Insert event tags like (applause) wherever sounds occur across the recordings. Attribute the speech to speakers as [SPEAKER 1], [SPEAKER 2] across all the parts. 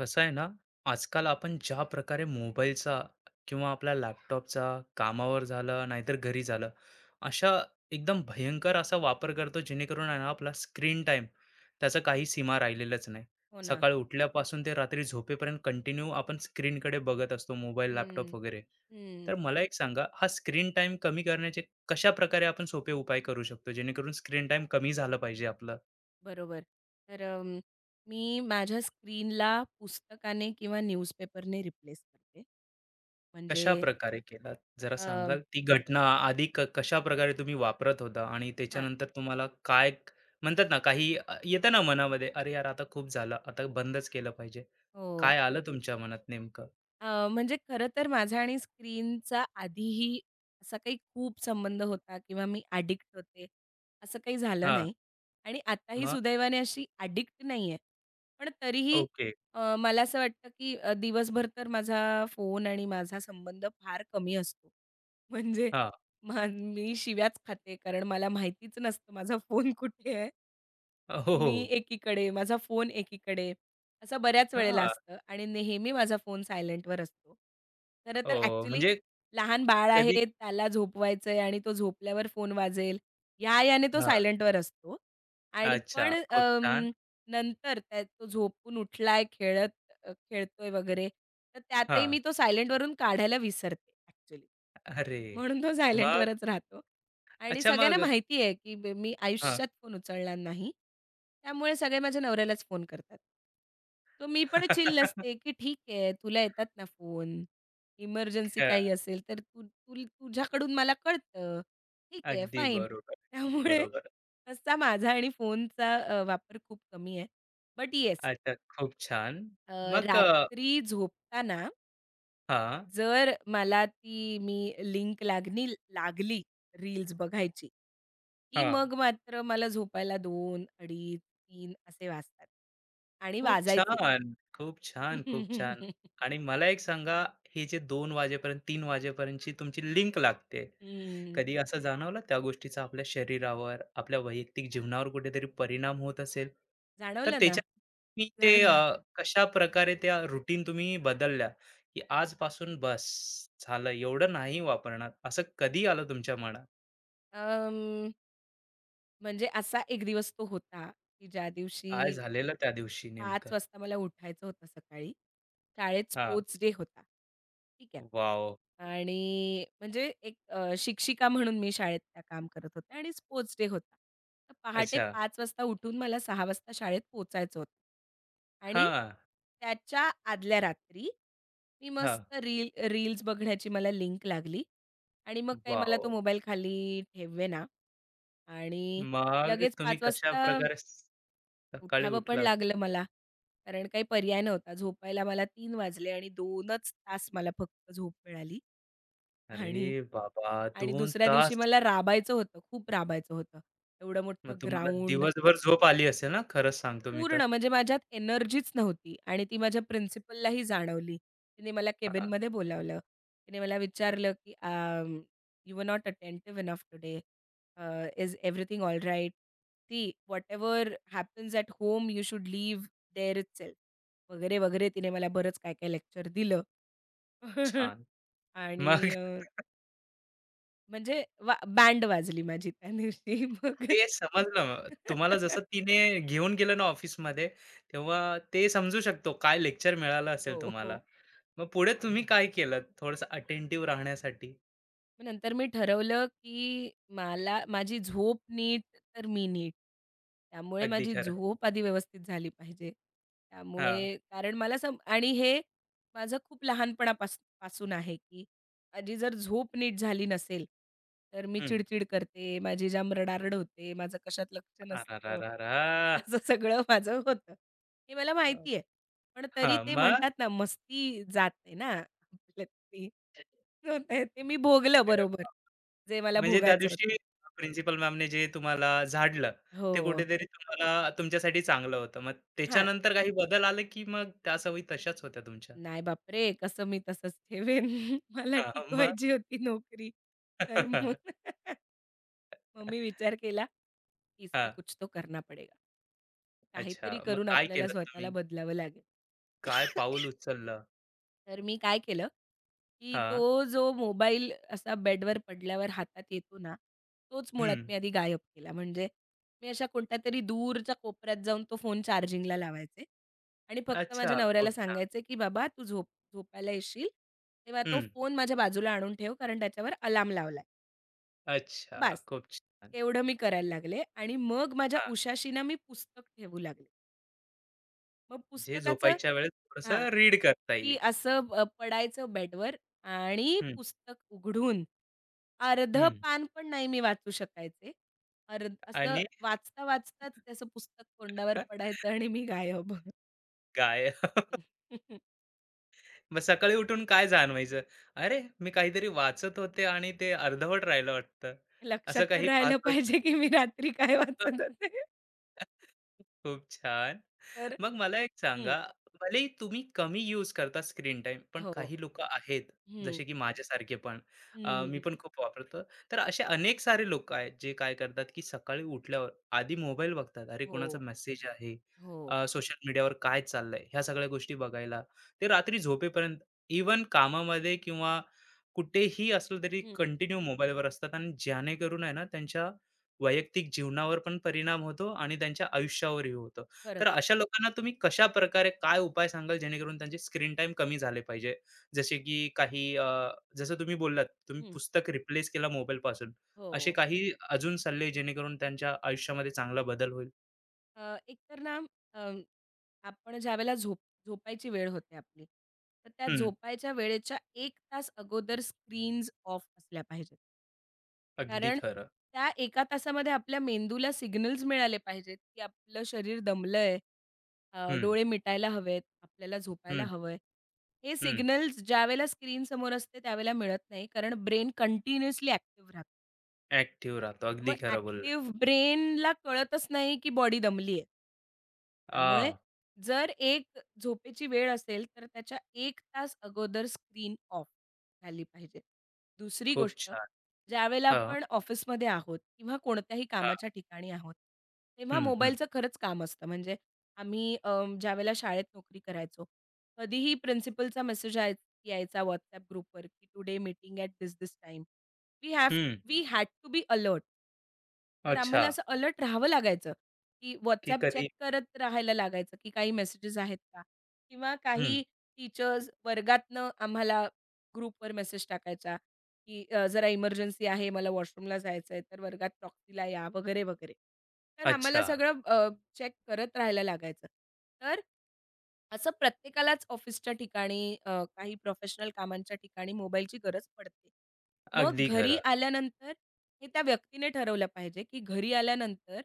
[SPEAKER 1] कसं आहे ना, आजकाल आपण ज्या प्रकारे मोबाईलचा किंवा आपल्या लॅपटॉपचा कामावर झालं, नाहीतर घरी झालं, अशा एकदम भयंकर असा वापर करतो जेणेकरून आहे ना आपला स्क्रीन टाईम त्याचा काही सीमा राहिलेलाच नाही.
[SPEAKER 2] हो ना.
[SPEAKER 1] सकाळी उठल्यापासून ते रात्री झोपेपर्यंत कंटिन्यू आपण स्क्रीनकडे बघत असतो मोबाईल, लॅपटॉप
[SPEAKER 2] हं.
[SPEAKER 1] वगैरे.
[SPEAKER 2] हं,
[SPEAKER 1] तर मला एक सांगा, हा स्क्रीन टाईम कमी करण्याचे कशाप्रकारे आपण सोपे उपाय करू शकतो जेणेकरून स्क्रीन टाईम कमी झालं पाहिजे आपलं?
[SPEAKER 2] बरोबर. तर मी माझ्या स्क्रीनला पुस्तकाने किंवा न्यूजपेपरने रिप्लेस करते. म्हणजे
[SPEAKER 1] कशाप्रकारे केलात? जरा
[SPEAKER 2] अ,
[SPEAKER 1] सांगाल? ती घटना आधी कशाप्रकारे तुम्ही वापरत होता आणि
[SPEAKER 2] हां,
[SPEAKER 1] त्याच्यानंतर तुम्हाला काय म्हणतात ना काही येतं ना मनामध्ये, "अरे यार, आता खूप झालं, आता बंदच केलं पाहिजे."
[SPEAKER 2] हो.
[SPEAKER 1] काय आलं तुमच्या मनात नेमकं?
[SPEAKER 2] अ, म्हणजे खरं तर माझा आणि स्क्रीनचा आधीही असा काही खूप संबंध होता किंवा मी ॲडिक्ट होते, असं काही झालं
[SPEAKER 1] हां,
[SPEAKER 2] नाही. आणि आताही
[SPEAKER 1] मग?
[SPEAKER 2] सुदैवाने अशी ॲडिक्ट नाही आहे. पण तरीही
[SPEAKER 1] ओके.
[SPEAKER 2] मला असं वाटतं की दिवसभर तर माझा फोन आणि माझा संबंध फार कमी असतो. म्हणजे
[SPEAKER 1] हां.
[SPEAKER 2] मी शिव्याच खाते, कारण मला माहितीच नसतं माझा फोन कुठे आहे.
[SPEAKER 1] हो, हो,
[SPEAKER 2] मी
[SPEAKER 1] हो.
[SPEAKER 2] एकीकडे, माझा फोन एकीकडे, असं बऱ्याच वेळेला असतं आणि नेहमी माझा फोन सायलेंटवर असतो. खरं तर
[SPEAKER 1] ओ
[SPEAKER 2] ॲक्चुअली
[SPEAKER 1] म्हणजे
[SPEAKER 2] लहान बाळ
[SPEAKER 1] कधी
[SPEAKER 2] आहे, त्याला झोपवायचंय आणि तो झोपल्यावर फोन वाजेल, याने तो
[SPEAKER 1] हां.
[SPEAKER 2] सायलेंटवर असतो. आणि
[SPEAKER 1] अच्छा,
[SPEAKER 2] पण
[SPEAKER 1] खूप छान.
[SPEAKER 2] नंतर तो झोपून उठलाय, खेळतोय वगैरे, तर त्यातही
[SPEAKER 1] हां.
[SPEAKER 2] मी तो सायलेंटवरून काढायला विसरते ॲक्चुअली.
[SPEAKER 1] अरे!
[SPEAKER 2] म्हणून तो
[SPEAKER 1] मग?
[SPEAKER 2] सायलेंटवरच राहतो आणि
[SPEAKER 1] अच्छा
[SPEAKER 2] सगळ्यांना
[SPEAKER 1] मग हां.
[SPEAKER 2] माहिती आहे, की मी मी
[SPEAKER 1] हां.
[SPEAKER 2] आयुष्यात फोन उचलणार नाही. त्यामुळे सगळे माझ्या नवऱ्यालाच फोन करतात. तो मी पण चिल
[SPEAKER 1] (laughs)
[SPEAKER 2] असते, की ठीक आहे तुला येतात ना फोन. इमर्जन्सी काही असेल तर तू तू तुझ्याकडून मला कळतं. ठीक आहे
[SPEAKER 1] अगदी
[SPEAKER 2] फाईन.
[SPEAKER 1] बरोबर, अगदी
[SPEAKER 2] (laughs) त्यामुळे
[SPEAKER 1] बरोबर.
[SPEAKER 2] असा माझा आणि फोनचा वापर खूप कमी आहे. बट येस,
[SPEAKER 1] अच्छा, खूप छान. मग
[SPEAKER 2] रात्री झोपताना
[SPEAKER 1] हां,
[SPEAKER 2] जर मला ती मी लिंक लागली रील्स बघायची, की
[SPEAKER 1] हां.
[SPEAKER 2] मग मात्र मला झोपायला दोन, अडीच, तीन, असे वाजतात आणि
[SPEAKER 1] खूप
[SPEAKER 2] वाजायचे.
[SPEAKER 1] छान, खूप छान, खूप छान.
[SPEAKER 2] (laughs)
[SPEAKER 1] आणि मला एक सांगा, हे जे 2 वाजेपर्यंत 3 वाजेपर्यंतची तुमची लिंक लागते.
[SPEAKER 2] हं,
[SPEAKER 1] कधी असं जाणवलं त्या गोष्टीचा आपल्या शरीरावर, आपल्या वैयक्तिक जीवनावर कुठेतरी परिणाम होत असेल? तर
[SPEAKER 2] जाणवलं ना?
[SPEAKER 1] त्याच्या तुम्ही ते
[SPEAKER 2] जाणवलं.
[SPEAKER 1] कशाप्रकारे त्या रूटीन तुम्ही बदलल्या, की आजपासून बस झालं एवढं नाही वापरणार, असं कधी आलं तुमच्या मनात?
[SPEAKER 2] म्हणजे असा एक दिवस तो होता, की ज्या
[SPEAKER 1] काय
[SPEAKER 2] दिवशी
[SPEAKER 1] झालेलं त्या दिवशी नेमकं?
[SPEAKER 2] 5 वाजता मला उठायचं होतं सकाळी. शाळेत
[SPEAKER 1] हां.
[SPEAKER 2] स्पोर्ट्स डे होता. ठीक आहे.
[SPEAKER 1] वॉव!
[SPEAKER 2] आणि म्हणजे एक शिक्षिका म्हणून मी शाळेत त्या काम करत होते आणि स्पोर्ट्स डे होता. तर पहाटे
[SPEAKER 1] अच्छा.
[SPEAKER 2] 5 वाजता उठून मला 6 वाजता शाळेत पोहोचायचं होतं. आणि
[SPEAKER 1] हां,
[SPEAKER 2] त्याच्या आदल्या रात्री मी
[SPEAKER 1] हां.
[SPEAKER 2] मस्त रील्स बघण्याची मला लिंक लागली आणि मग काही मला
[SPEAKER 1] वाव
[SPEAKER 2] तो मोबाईल खाली ठेवेना आणि
[SPEAKER 1] मग
[SPEAKER 2] लगेच
[SPEAKER 1] तुम्ही
[SPEAKER 2] 5 वाजता
[SPEAKER 1] कशाप्रकारे सकाळी
[SPEAKER 2] उठावं पण
[SPEAKER 1] उठलात?
[SPEAKER 2] लागलं मला. कारण काही पर्याय नव्हता. झोपायला मला 3 वाजले आणि 2च तास मला फक्त झोप मिळाली आणि
[SPEAKER 1] अरे बाबा
[SPEAKER 2] आणि
[SPEAKER 1] 2
[SPEAKER 2] दुसऱ्या दिवशी
[SPEAKER 1] तास.
[SPEAKER 2] मला राबायचं होतं, खूप राबायचं होतं. एवढं
[SPEAKER 1] मग
[SPEAKER 2] मोठं
[SPEAKER 1] तुम्हाला
[SPEAKER 2] ग्राउंड,
[SPEAKER 1] दिवसभर झोप आली असेल ना? खरंच सांगतो मी तर.
[SPEAKER 2] पूर्ण म्हणजे माझ्यात एनर्जीच नव्हती आणि ती माझ्या प्रिन्सिपललाही जाणवली. तिने मला
[SPEAKER 1] हां,
[SPEAKER 2] केबिनमध्ये बोलावलं. तिने मला विचारलं, की you were not attentive enough today. Uh, is everything alright? See whatever happens at home you should leave there itself." वगैरे, वगैरे तिने मला बरंच काय-काय लेक्चर दिलं. (laughs)
[SPEAKER 1] छान.
[SPEAKER 2] आणि
[SPEAKER 1] मग (laughs)
[SPEAKER 2] म्हणजे वा बँड वाजली माझी त्या दिवशी मग.
[SPEAKER 1] ते समजलं. मग तुम्हाला जसं
[SPEAKER 2] (laughs)
[SPEAKER 1] तिने घेऊन गेलं ना ऑफिसमध्ये, तेव्हा ते समजू शकतो काय लेक्चर मिळालं असेल
[SPEAKER 2] हो,
[SPEAKER 1] तुम्हाला.
[SPEAKER 2] हो.
[SPEAKER 1] मग पुढे तुम्ही काय केलंत थोडंसं अटेंटिव्ह राहण्यासाठी?
[SPEAKER 2] मग नंतर मी ठरवलं, की मला माझी झोप नीट तर मी नीट. त्यामुळे
[SPEAKER 1] अगदी
[SPEAKER 2] माझी
[SPEAKER 1] खरं आहे.
[SPEAKER 2] झोप आधी व्यवस्थित झाली पाहिजे.
[SPEAKER 1] हां.
[SPEAKER 2] त्यामुळे कारण मला सम आणि हे माझं खूप पासून आहे, की माझी जर झोप नीट झाली नसेल, तर मी
[SPEAKER 1] हं.
[SPEAKER 2] चिड-चिड करते, माझी जाम रडारड होते, माझं कशात लक्ष
[SPEAKER 1] अ,
[SPEAKER 2] नसतं.
[SPEAKER 1] रा,
[SPEAKER 2] (laughs) असं सगळं माझं होतं. हे मला माहिती आहे. पण तरी ते
[SPEAKER 1] मग?
[SPEAKER 2] म्हणतात ना, मस्ती जात ना आपलं मी. तर ते ते मी भोगलं बरोबर. जे मला
[SPEAKER 1] म्हणजे त्या
[SPEAKER 2] भोगायचं होतं.
[SPEAKER 1] दिवशी प्रिन्सिपल मॅमने जे तुम्हाला झाडलं, ते
[SPEAKER 2] हो.
[SPEAKER 1] कुठेतरी तुम्हाला तुमच्यासाठी चांगलं होतं. मग
[SPEAKER 2] हां.
[SPEAKER 1] त्याच्यानंतर काही बदल आला, की मग त्या सवयी तशाच होत्या तुमच्या?
[SPEAKER 2] नाही बापरे! कसं मी तसंच ठेवेन. (laughs) मला
[SPEAKER 1] हां, मग?
[SPEAKER 2] टिकवायची होती नोकरी. तर मग
[SPEAKER 1] (laughs)
[SPEAKER 2] (laughs) मग मी विचार केला, "इसमें
[SPEAKER 1] हां,
[SPEAKER 2] कुछ तो करना पडेगा."
[SPEAKER 1] अच्छा.
[SPEAKER 2] काहीतरी
[SPEAKER 1] मग
[SPEAKER 2] करून
[SPEAKER 1] काय
[SPEAKER 2] आपल्याला
[SPEAKER 1] केलं
[SPEAKER 2] स्वतःला
[SPEAKER 1] तुम्ही?
[SPEAKER 2] बदलावं लागेल.
[SPEAKER 1] काय पाऊल उचललं?
[SPEAKER 2] तर मी काय केलं, की
[SPEAKER 1] हा
[SPEAKER 2] तो जो मोबाईल असा बेडवर पडल्यावर हातात येतो ना, तोच मुळात
[SPEAKER 1] हं.
[SPEAKER 2] मी आधी गायब केला. म्हणजे मी अशा कोणत्यातरी दूरच्या कोपऱ्यात जाऊन तो फोन चार्जिंगला लावायचे आणि फक्त
[SPEAKER 1] अच्छा,
[SPEAKER 2] माझ्या नवऱ्याला
[SPEAKER 1] खूप छान.
[SPEAKER 2] सांगायचे, की "बाबा तू झोपायला येशील, तेव्हा तो
[SPEAKER 1] हं,
[SPEAKER 2] फोन माझ्या बाजूला आणून ठेव, कारण त्याच्यावर अलार्म लावलाय."
[SPEAKER 1] अच्छा,
[SPEAKER 2] बास.
[SPEAKER 1] खूप छान.
[SPEAKER 2] एवढं मी करायला लागले आणि मग माझ्या
[SPEAKER 1] हां,
[SPEAKER 2] उशाशी ना मी पुस्तक ठेवू लागले. मग
[SPEAKER 1] जे
[SPEAKER 2] पुस्तकाचं
[SPEAKER 1] झोपायच्या वेळेस
[SPEAKER 2] हां.
[SPEAKER 1] थोडंसं रीड करता
[SPEAKER 2] की
[SPEAKER 1] येईल.
[SPEAKER 2] असं पडायचं बेडवर आणि
[SPEAKER 1] हं,
[SPEAKER 2] पुस्तक उघडून अर्धं
[SPEAKER 1] हं.
[SPEAKER 2] पान पण नाही मी वाचू शकायचे. अर्ध असं
[SPEAKER 1] आणि
[SPEAKER 2] वाचता, वाचताच त्याचं पुस्तक तोंडावर
[SPEAKER 1] (laughs)
[SPEAKER 2] पडायचं आणि मी गायब.
[SPEAKER 1] गाय
[SPEAKER 2] (laughs)
[SPEAKER 1] मग सकाळी उठून काय जाणवायचं? "अरे, मी काहीतरी वाचत होते आणि ते अर्धवट राहिलं वाटतं."
[SPEAKER 2] लक्षात
[SPEAKER 1] असं
[SPEAKER 2] तर
[SPEAKER 1] काही
[SPEAKER 2] राहिलं
[SPEAKER 1] फास्ट
[SPEAKER 2] पाहिजे की मी रात्री काय वाचत होते. (laughs)
[SPEAKER 1] (laughs) खूप छान.
[SPEAKER 2] तर
[SPEAKER 1] मग मला एक
[SPEAKER 2] हं,
[SPEAKER 1] सांगा, भलेही तुम्ही कमी यूज करता स्क्रीन टाइम, पण
[SPEAKER 2] हो,
[SPEAKER 1] काही लोकं आहेत,
[SPEAKER 2] हं,
[SPEAKER 1] जसे की माझ्यासारखे पण, मी
[SPEAKER 2] हं,
[SPEAKER 1] पण खूप वापरतो. तर असे अनेक सारे लोकं आहेत, जे काय करतात, की सकाळी उठल्यावर आधी मोबाईल बघतात. अरे, कोणाचा
[SPEAKER 2] हो,
[SPEAKER 1] मेसेज आहे,
[SPEAKER 2] हो,
[SPEAKER 1] सोशल मीडियावर काय चाललंय, ह्या सगळ्या गोष्टी बघायला. ते रात्री झोपेपर्यंत इव्हन कामामध्ये किंवा कुठेही असलं तरी
[SPEAKER 2] हं,
[SPEAKER 1] कंटिन्यू मोबाईलवर असतात आणि जेणेकरून आहे ना, त्यांच्या वैयक्तिक जीवनावर पण परिणाम होतो आणि त्यांच्या आयुष्यावरही होतो. तर
[SPEAKER 2] खरंच,
[SPEAKER 1] अशा लोकांना तुम्ही कशा प्रकारे काय उपाय सांगाल जेणेकरून त्यांचे स्क्रीन टाईम कमी झाले पाहिजे? जसे की काही जसं तुम्ही बोललात, तुम्ही
[SPEAKER 2] हं,
[SPEAKER 1] पुस्तक रिप्लेस केला मोबाईलपासून.
[SPEAKER 2] हो.
[SPEAKER 1] असे काही अजून सल्ले जेणेकरून त्यांच्या आयुष्यामध्ये चांगला बदल होईल?
[SPEAKER 2] एकतर ना आपण ज्यावेळेला झोपायची वेळ होते आपली, तर त्या
[SPEAKER 1] हं.
[SPEAKER 2] झोपायच्या वेळेच्या 1 तास अगोदर स्क्रीन्स ऑफ असल्या पाहिजेत.
[SPEAKER 1] अगदी
[SPEAKER 2] कारण
[SPEAKER 1] खरं.
[SPEAKER 2] त्या 1 तासामध्ये आपल्या मेंदूला सिग्नल्स मिळाले पाहिजेत, की आपलं शरीर दमलंय,
[SPEAKER 1] हं,
[SPEAKER 2] डोळे मिटायला हवेत, आपल्याला झोपायला
[SPEAKER 1] हं,
[SPEAKER 2] हवंय. हे
[SPEAKER 1] हं.
[SPEAKER 2] सिग्नल्स ज्यावेळेला स्क्रीनसमोर असते त्यावेळेला मिळत नाही, कारण ब्रेन कंटिन्युअसली ॲक्टिव्ह राहतं.
[SPEAKER 1] ॲक्टिव्ह राहतो. अगदी
[SPEAKER 2] मग
[SPEAKER 1] खरं बोललात.
[SPEAKER 2] ॲक्टिव्ह ब्रेनला कळतच नाही, की बॉडी दमली आहे. त्यामुळे
[SPEAKER 1] आह!
[SPEAKER 2] जर एक झोपेची वेळ असेल, तर त्याच्या 1 तास अगोदर स्क्रीन ऑफ झाली पाहिजे. दुसरी
[SPEAKER 1] खूप
[SPEAKER 2] गोष्ट,
[SPEAKER 1] छान.
[SPEAKER 2] ज्यावेळेला
[SPEAKER 1] हां,
[SPEAKER 2] आपण ऑफिसमध्ये आहोत किंवा कोणत्याही
[SPEAKER 1] हां.
[SPEAKER 2] कामाच्या ठिकाणी आहोत, तेव्हा
[SPEAKER 1] हं, हं,
[SPEAKER 2] मोबाईलचं खरंच काम असतं. म्हणजे आम्ही ज्यावेळेला शाळेत नोकरी करायचो, कधीही प्रिन्सिपलचा मेसेज यायचा WhatsApp ग्रुपवर, की today meeting at this this time. We have
[SPEAKER 1] hmm.
[SPEAKER 2] We had to be alert. तर
[SPEAKER 1] अच्छा,
[SPEAKER 2] आम्हाला असं अलर्ट राहावं लागायचं, की
[SPEAKER 1] की
[SPEAKER 2] WhatsApp चेक
[SPEAKER 1] कधी
[SPEAKER 2] करत राहायला लागायचं, की काही मेसेजेस आहेत का? किंवा
[SPEAKER 1] हं.
[SPEAKER 2] काही टीचर्स वर्गातनं आम्हाला ग्रुपवर मेसेज टाकायच्या, की जरा इमर्जन्सी आहे, मला वॉशरूमला जायचं आहे, तर वर्गात प्रॉक्सीला या, वगैरे, वगैरे. तर आम्हाला
[SPEAKER 1] अच्छा.
[SPEAKER 2] सगळं चेक करत राहायला लागायचं. तर असं प्रत्येकालाच ऑफिसच्या ठिकाणी काही प्रोफेशनल कामांच्या ठिकाणी मोबाईलची गरज पडते. मग
[SPEAKER 1] अगदी
[SPEAKER 2] घरी
[SPEAKER 1] खरं.
[SPEAKER 2] आल्यानंतर हे त्या व्यक्तीने ठरवलं पाहिजे, की घरी आल्यानंतर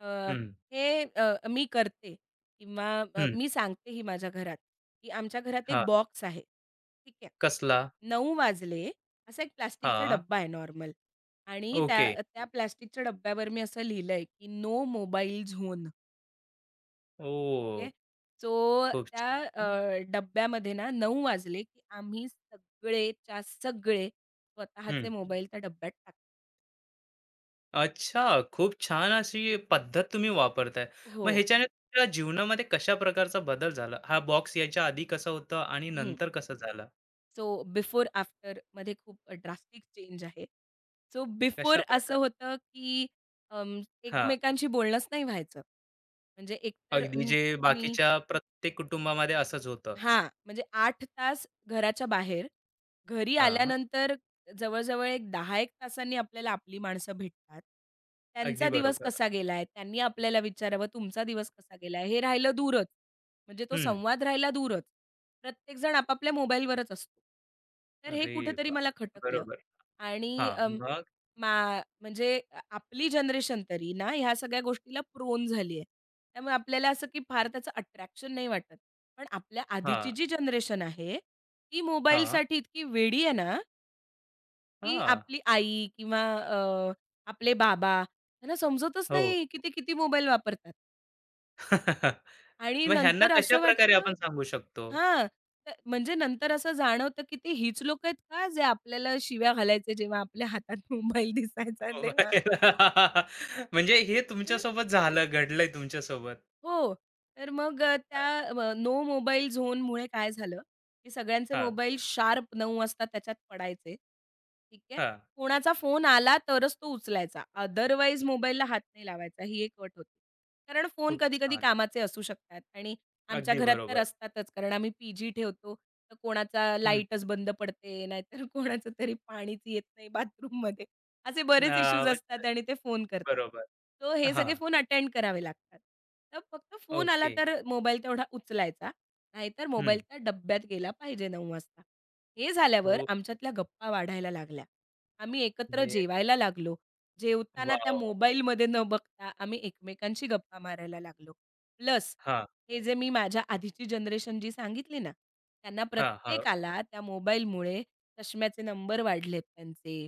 [SPEAKER 2] अ,
[SPEAKER 1] हं,
[SPEAKER 2] हे मी करते किंवा
[SPEAKER 1] हं.
[SPEAKER 2] मी सांगते ही माझ्या घरात, की आमच्या घरात
[SPEAKER 1] हां.
[SPEAKER 2] एक बॉक्स आहे. ठीक आहे.
[SPEAKER 1] कसला?
[SPEAKER 2] 9:00 वाजले असा एक प्लास्टिकचा
[SPEAKER 1] हां.
[SPEAKER 2] डब्बा आहे नॉर्मल आणि त्या
[SPEAKER 1] ओके.
[SPEAKER 2] त्या प्लास्टिकच्या डब्यावर मी असं लिहिलंय, की "no mobile zone."
[SPEAKER 1] Oh!
[SPEAKER 2] Okay. So
[SPEAKER 1] खूप
[SPEAKER 2] त्या
[SPEAKER 1] छान. हं.
[SPEAKER 2] डब्यामध्ये ना 9:00 वाजले, की आम्ही सगळेच्या सगळे
[SPEAKER 1] हं.
[SPEAKER 2] स्वतःचे मोबाईल त्या डब्यात टाकले.
[SPEAKER 1] अच्छा, खूप छान अशी पद्धत तुम्ही वापरताय.
[SPEAKER 2] हो.
[SPEAKER 1] मग ह्याच्याने तुमच्या जीवनामध्ये कशा प्रकारचा बदल झाला? हा बॉक्स यायच्या आधी कसा होता आणि
[SPEAKER 2] हं.
[SPEAKER 1] नंतर कसं झालं?
[SPEAKER 2] सो बिफोर आफ्टरमध्ये खूप ड्रास्टिक चेंज आहे. सो बिफोर
[SPEAKER 1] कशा
[SPEAKER 2] असं
[SPEAKER 1] प्रकार?
[SPEAKER 2] होतं, की अं,
[SPEAKER 1] हां,
[SPEAKER 2] एकमेकांशी बोलणंच नाही व्हायचं. म्हणजे एकतर
[SPEAKER 1] अगदी जे
[SPEAKER 2] मी
[SPEAKER 1] बाकीच्या प्रत्येक कुटुंबामध्ये असंच होतं.
[SPEAKER 2] हां, म्हणजे 8 तास घराच्या बाहेर. घरी
[SPEAKER 1] हां, हां.
[SPEAKER 2] आल्यानंतर जवळ-जवळ एक 10 एक तासांनी आपल्याला आपली माणसं भेटतात.
[SPEAKER 1] अगदी
[SPEAKER 2] त्यांचा दिवस
[SPEAKER 1] बरोबर.
[SPEAKER 2] कसा गेलाय? त्यांनी आपल्याला विचारावं, तुमचा दिवस कसा गेलाय? हे राहिलं दूरच. म्हणजे तो
[SPEAKER 1] हं.
[SPEAKER 2] संवाद राहिला दूरच. प्रत्येकजण आपापल्या मोबाईलवरच असतो. तर हे
[SPEAKER 1] अरे
[SPEAKER 2] कुठेतरी
[SPEAKER 1] वाह!
[SPEAKER 2] मला खटकलं
[SPEAKER 1] बरोबर.
[SPEAKER 2] आणि
[SPEAKER 1] हां, मग?
[SPEAKER 2] म्हणजे आपली जनरेशन तरी ना ह्या सगळ्या गोष्टीला प्रोन झाली आहे. त्यामुळे आपल्याला असं की फार त्याचं अट्रॅक्शन नाही वाटत. पण आपल्या
[SPEAKER 1] हां,
[SPEAKER 2] आधीची जी जनरेशन आहे, ती
[SPEAKER 1] हां,
[SPEAKER 2] मोबाईलसाठी इतकी वेडी आहे ना, की
[SPEAKER 1] हां.
[SPEAKER 2] आपली आई किंवा आपले बाबा त्यांना समजतच
[SPEAKER 1] हो.
[SPEAKER 2] नाही, की ते किती मोबाईल वापरतात.
[SPEAKER 1] (laughs)
[SPEAKER 2] आणि
[SPEAKER 1] मग ह्यांना
[SPEAKER 2] नंतर असं
[SPEAKER 1] कशाप्रकारे
[SPEAKER 2] वाटतं
[SPEAKER 1] आपण सांगू शकतो?
[SPEAKER 2] हां, म्हणजे नंतर असं जाणवतं, की ते हीच लोकं आहेत का, जे आपल्याला शिव्या घालायचे जेव्हा आपल्या हातात मोबाईल दिसायचा
[SPEAKER 1] हो,
[SPEAKER 2] तेव्हा?
[SPEAKER 1] बाहेर. (laughs) म्हणजे हे तुमच्यासोबत झालं, घडलंय तुमच्यासोबत.
[SPEAKER 2] हो. तर मग
[SPEAKER 1] अ,
[SPEAKER 2] त्या नो मोबाईल झोनमुळे काय झालं, की सगळ्यांचे
[SPEAKER 1] हां,
[SPEAKER 2] मोबाईल शार्प 9 वाजता त्याच्यात पडायचे. ठीक आहे.
[SPEAKER 1] हां.
[SPEAKER 2] कोणाचा फोन आला तरच तो उचलायचा. अदरवाईज मोबाईलला हात नाही लावायचा. ही एक अट होती. कारण फोन
[SPEAKER 1] खूप
[SPEAKER 2] कधी-कधी
[SPEAKER 1] छान.
[SPEAKER 2] कामाचे असू शकतात आणि आमच्या
[SPEAKER 1] अगदी
[SPEAKER 2] घरात तर
[SPEAKER 1] बरोबर.
[SPEAKER 2] असतातच. कारण आम्ही पी-जी ठेवतो. तर कोणाचा
[SPEAKER 1] हं.
[SPEAKER 2] लाईटच बंद पडते, नाहीतर (laughs) कोणाचं तरी पाणीच येत नाही बाथरूममध्ये. असे
[SPEAKER 1] अ,
[SPEAKER 2] बरेच इश्यूज
[SPEAKER 1] म्हणजे
[SPEAKER 2] असतात आणि ते फोन करतात.
[SPEAKER 1] बरोबर.
[SPEAKER 2] सो हे
[SPEAKER 1] हां,
[SPEAKER 2] सगळे फोन अटेंड करावे लागतात. तर फक्त फोन आला
[SPEAKER 1] ओके.
[SPEAKER 2] तर मोबाईल तेवढा उचलायचा. नाहीतर
[SPEAKER 1] हं.
[SPEAKER 2] मोबाईल त्या डब्यात गेला पाहिजे 9:00 वाजता. हे झाल्यावर
[SPEAKER 1] खूप
[SPEAKER 2] आमच्यातल्या गप्पा वाढायला लागल्या. आम्ही एकत्र
[SPEAKER 1] म्हणजे
[SPEAKER 2] जेवायला लागलो. जेवताना त्या
[SPEAKER 1] वॉव!
[SPEAKER 2] मोबाईलमध्ये न बघता आम्ही एकमेकांशी गप्पा मारायला लागलो. प्लस
[SPEAKER 1] हां,
[SPEAKER 2] हे जे मी माझ्या आधीची जनरेशन जी सांगितली ना, त्यांना
[SPEAKER 1] हां, हां.
[SPEAKER 2] प्रत्येकाला त्या मोबाईलमुळे चष्म्याचे नंबर वाढलेत त्यांचे.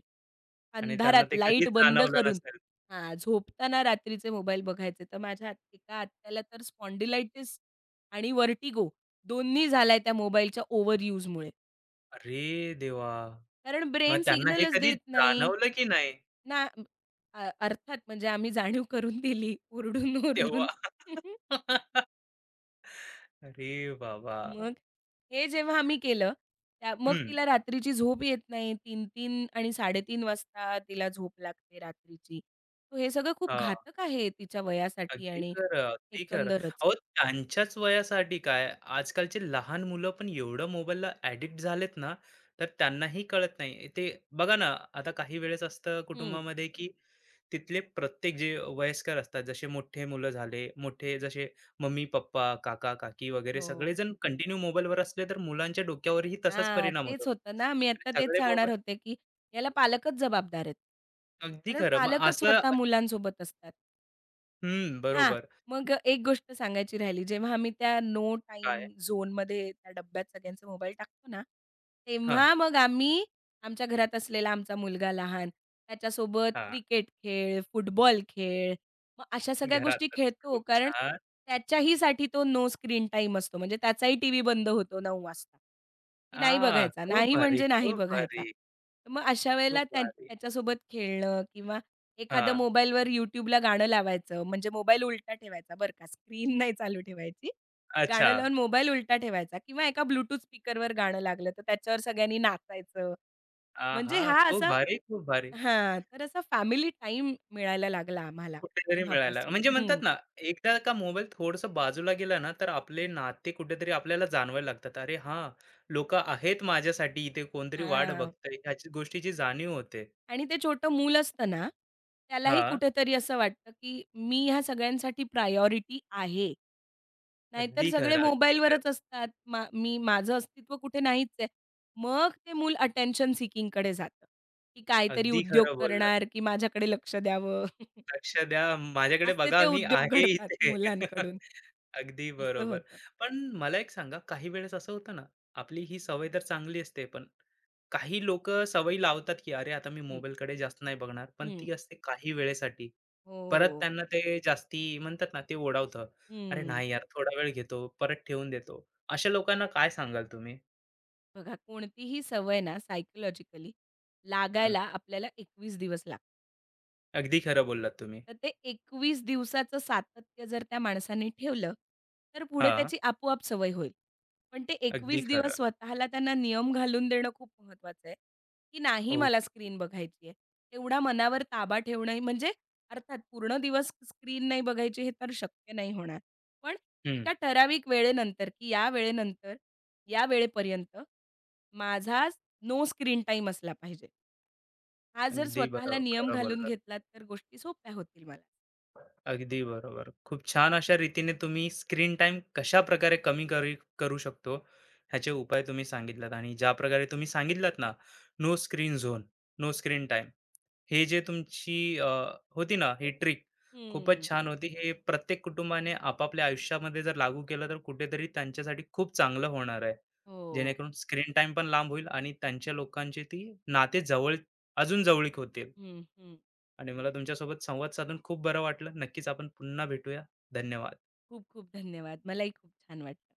[SPEAKER 1] आणि त्यांना
[SPEAKER 2] अंधारात
[SPEAKER 1] ते कधीच
[SPEAKER 2] लाईट बंद
[SPEAKER 1] जाणवलं
[SPEAKER 2] करून
[SPEAKER 1] नसेल.
[SPEAKER 2] हां, झोपताना रात्रीचे मोबाईल बघायचे. तर माझ्या एका आत्याला तर स्पॉन्डिलायटिस आणि व्हर्टिगो दोन्ही झालाय त्या मोबाईलच्या ओव्हर यूजमुळे.
[SPEAKER 1] अरे देवा!
[SPEAKER 2] कारण
[SPEAKER 1] मग
[SPEAKER 2] ब्रेन
[SPEAKER 1] त्यांना हे
[SPEAKER 2] सिग्नलच
[SPEAKER 1] कधी
[SPEAKER 2] देत नाही
[SPEAKER 1] जाणवलं की नाही
[SPEAKER 2] ना. अर्थात म्हणजे आम्ही जाणीव करून दिली
[SPEAKER 1] तेव्हा?
[SPEAKER 2] ओरडून-ओरडून.
[SPEAKER 1] (laughs) अरे बाबा!
[SPEAKER 2] मग हे जेव्हा आम्ही केलं, त्या मग
[SPEAKER 1] हं.
[SPEAKER 2] तिला रात्रीची झोप येत नाही. 3:00 आणि 3:30 वाजता तिला झोप लागते रात्रीची. तर हे सगळं खूप घातक आहे तिच्या वयासाठी
[SPEAKER 1] अगदी
[SPEAKER 2] आणि
[SPEAKER 1] खरं, अगदी खरं.
[SPEAKER 2] एकंदरच.
[SPEAKER 1] अहो, त्यांच्याच वयासाठी काय, आजकालची लहान मुलं पण एवढं मोबाईलला ॲडिक्ट झालेत ना, तर त्यांनाही कळत नाही. ते बघा ना, आता काही वेळेस असतं
[SPEAKER 2] हं.
[SPEAKER 1] कुटुंबामध्ये, की तिथले प्रत्येक जे वयस्कर असतात, जसे मोठे मुलं झाले, मोठे जसे मम्मी, पप्पा, काका, काकी वगैरे
[SPEAKER 2] हो.
[SPEAKER 1] सगळेजण कंटिन्यू मोबाईलवर असले, तर मुलांच्या डोक्यावरही तसाच
[SPEAKER 2] हां,
[SPEAKER 1] परिणाम
[SPEAKER 2] तेच
[SPEAKER 1] होतो.
[SPEAKER 2] होतं ना. मी आत्ता तेच
[SPEAKER 1] सगळे
[SPEAKER 2] सांगणार
[SPEAKER 1] मोबाईल
[SPEAKER 2] होते, की याला पालकच जबाबदार आहेत.
[SPEAKER 1] अगदी
[SPEAKER 2] कारण
[SPEAKER 1] खरं. मग
[SPEAKER 2] पालकच
[SPEAKER 1] असं
[SPEAKER 2] स्वतः मुलांसोबत असतात.
[SPEAKER 1] हं,
[SPEAKER 2] हां.
[SPEAKER 1] बरोबर.
[SPEAKER 2] मग एक गोष्ट सांगायची राहिली. जेव्हा आम्ही त्या नो
[SPEAKER 1] काय?
[SPEAKER 2] टाईम झोनमध्ये त्या डब्यात सगळ्यांचे मोबाईल टाकतो ना,
[SPEAKER 1] हां,
[SPEAKER 2] तेव्हा मग आम्ही आमच्या घरात असलेला आमचा मुलगा लहान, त्याच्यासोबत
[SPEAKER 1] हां.
[SPEAKER 2] क्रिकेट खेळ, फुटबॉल खेळ, मग अशा सगळ्या गोष्टी
[SPEAKER 1] घरातच.
[SPEAKER 2] खेळतो.
[SPEAKER 1] खूप
[SPEAKER 2] कारण
[SPEAKER 1] छान.
[SPEAKER 2] त्याच्याहीसाठी तो नो स्क्रीन टाईम असतो. म्हणजे त्याचाही टीव्ही बंद होतो 9:00 वाजता, की नाही
[SPEAKER 1] आह!
[SPEAKER 2] बघायचा.
[SPEAKER 1] खूप
[SPEAKER 2] नाही
[SPEAKER 1] भारी,
[SPEAKER 2] म्हणजे नाही
[SPEAKER 1] खूप
[SPEAKER 2] बघायचा.
[SPEAKER 1] भारी,
[SPEAKER 2] तर मग अशा
[SPEAKER 1] खूप
[SPEAKER 2] वेळेला त्या
[SPEAKER 1] भारी.
[SPEAKER 2] त्याच्यासोबत खेळणं किंवा एखादं
[SPEAKER 1] हां,
[SPEAKER 2] मोबाईलवर YouTubeला गाणं लावायचं, म्हणजे मोबाईल उलटा ठेवायचा बरं का, स्क्रीन नाही चालू ठेवायची.
[SPEAKER 1] अच्छा.
[SPEAKER 2] गाणं लावून मोबाईल उलटा ठेवायचा किंवा एका ब्लूटूथ स्पीकरवर गाणं लागलं, तर त्याच्यावर सगळ्यांनी नाचायचं. म्हणजे
[SPEAKER 1] आहा!
[SPEAKER 2] हा
[SPEAKER 1] खूप
[SPEAKER 2] असा
[SPEAKER 1] भारी, खूप भारी.
[SPEAKER 2] हां, तर असा फॅमिली टाईम मिळायला लागला आम्हाला
[SPEAKER 1] कुठेतरी मिळाला.
[SPEAKER 2] तेव्हापासून.
[SPEAKER 1] म्हणजे
[SPEAKER 2] हं.
[SPEAKER 1] म्हणतात ना, एकदा का मोबाईल थोडंसं बाजूला गेला ना, तर आपले नाते कुठेतरी आपल्याला जाणवायला लागतात. अरे हां, लोकं आहेत माझ्यासाठी इथे, कोणतरी वाट
[SPEAKER 2] हां.
[SPEAKER 1] बघतंय, ह्याची गोष्टीची जाणीव होते.
[SPEAKER 2] आणि ते छोटं मूल असतं ना, त्यालाही
[SPEAKER 1] हां,
[SPEAKER 2] कुठेतरी असं वाटतं, की मी ह्या सगळ्यांसाठी प्रायोरिटी आहे. नाहीतर
[SPEAKER 1] अगदी
[SPEAKER 2] सगळे
[SPEAKER 1] खरं, अगदी
[SPEAKER 2] मोबाईलवरच
[SPEAKER 1] खरं.
[SPEAKER 2] असतात. मी माझं अस्तित्व कुठे नाहीच आहे. मग ते मूल अटेन्शन सीकिंगकडे जातं, की काहीतरी
[SPEAKER 1] अगदी
[SPEAKER 2] उद्योग
[SPEAKER 1] खरं बोललात.
[SPEAKER 2] करणार, की माझ्याकडे लक्ष द्यावं. (laughs)
[SPEAKER 1] लक्ष द्या, माझ्याकडे
[SPEAKER 2] असे
[SPEAKER 1] बघा,
[SPEAKER 2] ते
[SPEAKER 1] मी
[SPEAKER 2] उद्योग
[SPEAKER 1] आहे
[SPEAKER 2] घडतात
[SPEAKER 1] इथे. (laughs)
[SPEAKER 2] मुलांकडून,
[SPEAKER 1] अगदी
[SPEAKER 2] असं
[SPEAKER 1] बरोबर.
[SPEAKER 2] होतं.
[SPEAKER 1] पण मला एक सांगा, काही वेळेस असं होतं ना, आपली ही सवय तर चांगली असते, पण काही लोक सवयी लावतात, की "अरे, आता मी
[SPEAKER 2] हं,
[SPEAKER 1] मोबाईलकडे जास्त नाही बघणार." पण
[SPEAKER 2] हं.
[SPEAKER 1] ती असते काही वेळेसाठी. परत
[SPEAKER 2] हो.
[SPEAKER 1] त्यांना ते जास्ती म्हणतात ना, ते ओढावतं. "अरे
[SPEAKER 2] हं.
[SPEAKER 1] नाही यार, थोडा वेळ घेतो, परत ठेवून देतो." अशा लोकांना काय सांगाल तुम्ही?
[SPEAKER 2] बघा कोणतीही सवय ना सायकॉलॉजिकली
[SPEAKER 1] हं,
[SPEAKER 2] लागायला आपल्याला 21 दिवस लागतात.
[SPEAKER 1] अगदी खरं बोललात तुम्ही.
[SPEAKER 2] तर ते 21 दिवसाचं सातत्य जर त्या माणसाने ठेवलं, तर पुढे
[SPEAKER 1] हां,
[SPEAKER 2] त्याची आपोआप सवय होईल. पण ते
[SPEAKER 1] अगदी
[SPEAKER 2] 21 दिवस
[SPEAKER 1] खरं.
[SPEAKER 2] स्वतःला त्यांना नियम घालून देणं खूप महत्त्वाचं आहे, की नाही मला
[SPEAKER 1] ओके.
[SPEAKER 2] स्क्रीन बघायची आहे. एवढा मनावर ताबा ठेवणं म्हणजे अर्थात पूर्ण दिवस स्क्रीन नाही बघायची हे तर शक्य नाही होणार. पण
[SPEAKER 1] हं,
[SPEAKER 2] एका ठराविक वेळेनंतर, की या वेळेनंतर, या वेळेपर्यंत माझा नो स्क्रीन टाईम असला पाहिजे. हा जर
[SPEAKER 1] अगदी
[SPEAKER 2] स्वतःला
[SPEAKER 1] बरं
[SPEAKER 2] नियम
[SPEAKER 1] खरं
[SPEAKER 2] घालून
[SPEAKER 1] बोललात.
[SPEAKER 2] घेतलात तर गोष्टी सोप्या होतील मला.
[SPEAKER 1] अगदी बरोबर. खूप छान अशा रीतीने तुम्ही स्क्रीन टाइम कशा प्रकारे कमी करू शकतो, ह्याचे उपाय तुम्ही सांगितलात आणि ज्या प्रकारे तुम्ही सांगितलात ना, no screen zone, no screen time. हे जे तुमची होती ना ही ट्रिक खूपच
[SPEAKER 2] हं.
[SPEAKER 1] छान होती. हे प्रत्येक कुटुंबाने आपापल्या आयुष्यामध्ये जर लागू केलं तर कुठेतरी त्यांच्यासाठी खूप चांगलं होणार आहे.
[SPEAKER 2] हो.
[SPEAKER 1] जेणेकरून स्क्रीन टाईम पण लांब होईल आणि त्यांच्या लोकांची ती नाते जवळ अजून जवळीक होतील.
[SPEAKER 2] हं, हं.
[SPEAKER 1] आणि मला तुमच्यासोबत संवाद साधून खूप बरं वाटलं. नक्कीच आपण पुन्हा भेटूया. धन्यवाद.
[SPEAKER 2] खूप खूप धन्यवाद. मलाही खूप छान वाटलं.